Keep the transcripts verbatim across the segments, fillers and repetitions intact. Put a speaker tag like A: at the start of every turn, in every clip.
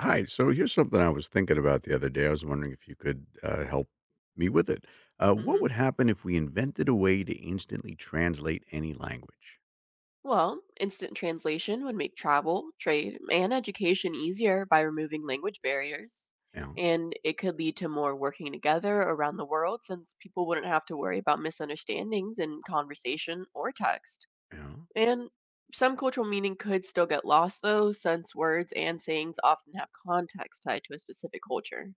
A: Hi. So here's something I was thinking about the other day. I was wondering if you could uh, help me with it. Uh, what
B: Mhm.
A: would happen if we invented a way to instantly translate any language?
B: Well, instant translation would make travel, trade, and education easier by removing language barriers.
A: Yeah.
B: And it could lead to more working together around the world since people wouldn't have to worry about misunderstandings in conversation or text.
A: Yeah.
B: And some cultural meaning could still get lost though, since words and sayings often have context tied to a specific culture.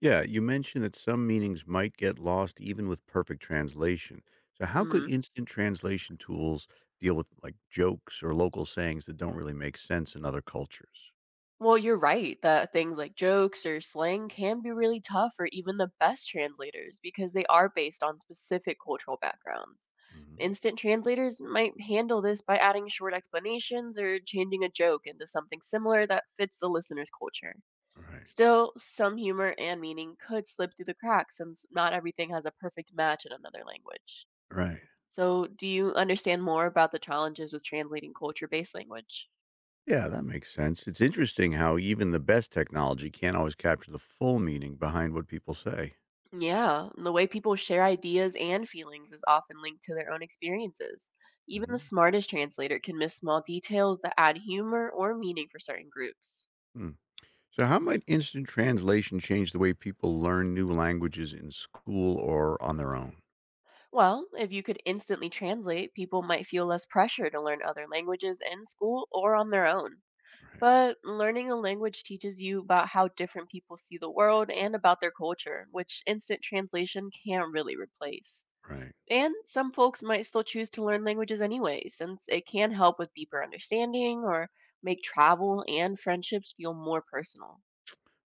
A: Yeah, you mentioned that some meanings might get lost even with perfect translation. So how could
B: Mhm.
A: instant translation tools deal with like jokes or local sayings that don't really make sense in other cultures?
B: Well, you're right that things like jokes or slang can be really tough for even the best translators because they are based on specific cultural backgrounds.
A: Hmm.
B: Instant translators might handle this by adding short explanations or changing a joke into something similar that fits the listener's culture.
A: Right.
B: Still, some humor and meaning could slip through the cracks since not everything has a perfect match in another language.
A: Right.
B: So, do you understand more about the challenges with translating culture based language?
A: Yeah, that makes sense. It's interesting how even the best technology can't always capture the full meaning behind what people say.
B: Yeah, and the way people share ideas and feelings is often linked to their own experiences. Even the
A: Hmm.
B: smartest translator can miss small details that add humor or meaning for certain groups.
A: Hmm. So, how might instant translation change the way people learn new languages in school or on their own?
B: Well, if you could instantly translate, people might feel less pressure to learn other languages in school or on their own.
A: Right,
B: But learning a language teaches you about how different people see the world and about their culture, which instant translation can't really replace.
A: right.
B: And some folks might still choose to learn languages anyway, since it can help with deeper understanding or make travel and friendships feel more personal.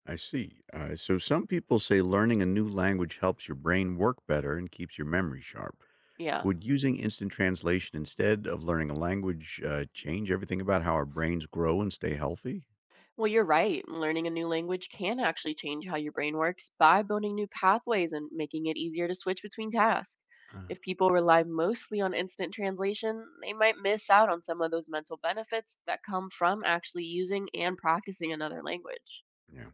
A: I see. Uh, so, some people say learning a new language helps your brain work better and keeps your memory sharp.
B: Yeah.
A: Would using instant translation instead of learning a language uh, change everything about how our brains grow and stay healthy?
B: Well, you're right. Learning a new language can actually change how your brain works by building new pathways and making it easier to switch between tasks.
A: Uh,
B: If people rely mostly on instant translation, they might miss out on some of those mental benefits that come from actually using and practicing another language.
A: yeah.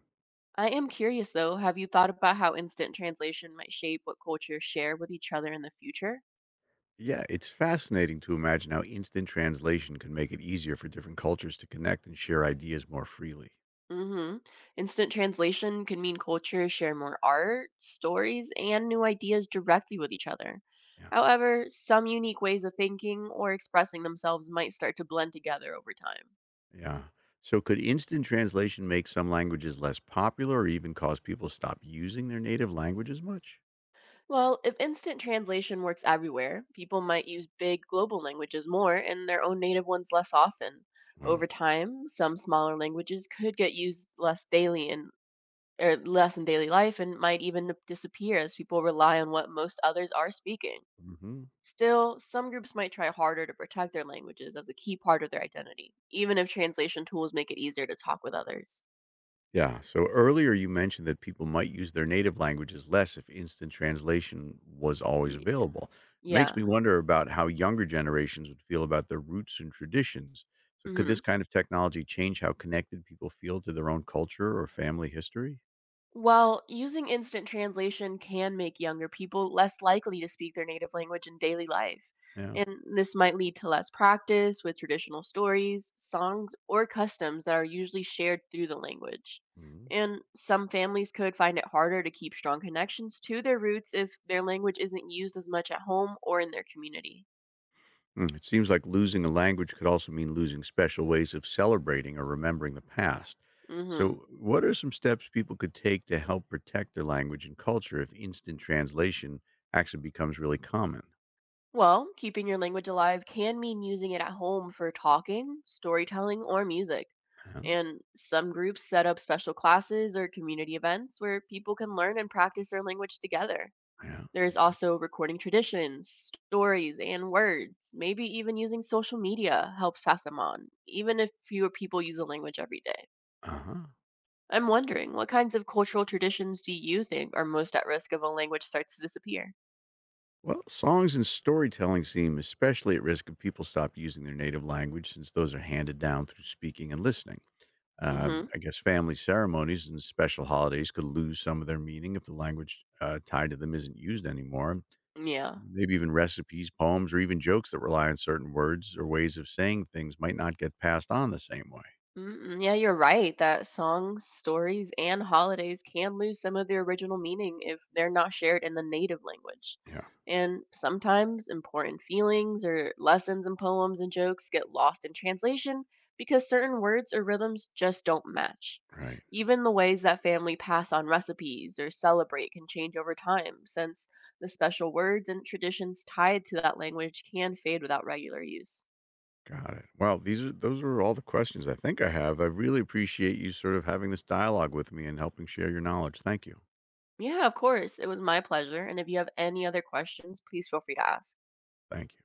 B: I am curious though, have you thought about how instant translation might shape what cultures share with each other in the future?
A: Yeah, it's fascinating to imagine how instant translation can make it easier for different cultures to connect and share ideas more freely.
B: Hmm. Instant translation could mean cultures share more art, stories, and new ideas directly with each other.
A: Yeah.
B: However, some unique ways of thinking or expressing themselves might start to blend together over time.
A: Yeah. So, could instant translation make some languages less popular or even cause people to stop using their native language as much?
B: Well, if instant translation works everywhere, people might use big global languages more and their own native ones less often.
A: Wow.
B: Over time, some smaller languages could get used less daily in or less in daily life and might even disappear as people rely on what most others are speaking.
A: Hmm.
B: Still, some groups might try harder to protect their languages as a key part of their identity, even if translation tools make it easier to talk with others.
A: Yeah. So earlier you mentioned that people might use their native languages less if instant translation was always
B: Y-
A: available. Makes me
B: yeah.
A: wonder about how younger generations would feel about their roots and traditions. So could this
B: Mhm.
A: kind of technology change how connected people feel to their own culture or family history?
B: While using instant translation can make younger people less likely to speak their native language in daily life,
A: Yeah.
B: and this might lead to less practice with traditional stories, songs, or customs that are usually shared through the language.
A: Mhm.
B: And some families could find it harder to keep strong connections to their roots if their language isn't used as much at home or in their community.
A: Mm, it seems like losing a language could also mean losing special ways of celebrating or remembering the past.
B: Hmm.
A: So, what are some steps people could take to help protect their language and culture if instant translation actually becomes really common?
B: Well, keeping your language alive can mean using it at home for talking, storytelling, or music.
A: Yeah,
B: And some groups set up special classes or community events where people can learn and practice their language together.
A: yeah, I
B: There's
A: see.
B: also recording traditions, stories, and words. Maybe even using social media helps pass them on, even if fewer people use the language every day.
A: Uh huh.
B: I'm wondering, what kinds of cultural traditions do you think are most at risk if a language starts to disappear?
A: Well, songs and storytelling seem especially at risk if people stop using their native language since those are handed down through speaking and listening. Uh,
B: Hmm.
A: I guess family ceremonies and special holidays could lose some of their meaning if the language uh, tied to them isn't used anymore.
B: Yeah.
A: Maybe even recipes, poems, or even jokes that rely on certain words or ways of saying things might not get passed on the same way.
B: Mm-mm. Yeah, you're right that songs, stories, and holidays can lose some of their original meaning if they're not shared in the native language.
A: Yeah,
B: And sometimes important feelings or lessons in poems and jokes get lost in translation because certain words or rhythms just don't match.
A: right.
B: Even the ways that family pass on recipes or celebrate can change over time, since the special words and traditions tied to that language can fade without regular use.
A: Got it. Well, these are those are all the questions I think I have. I really appreciate you sort of having this dialogue with me and helping share your knowledge. Thank you.
B: Yeah, of course. It was my pleasure. And if you have any other questions, please feel free to ask.
A: Thank you.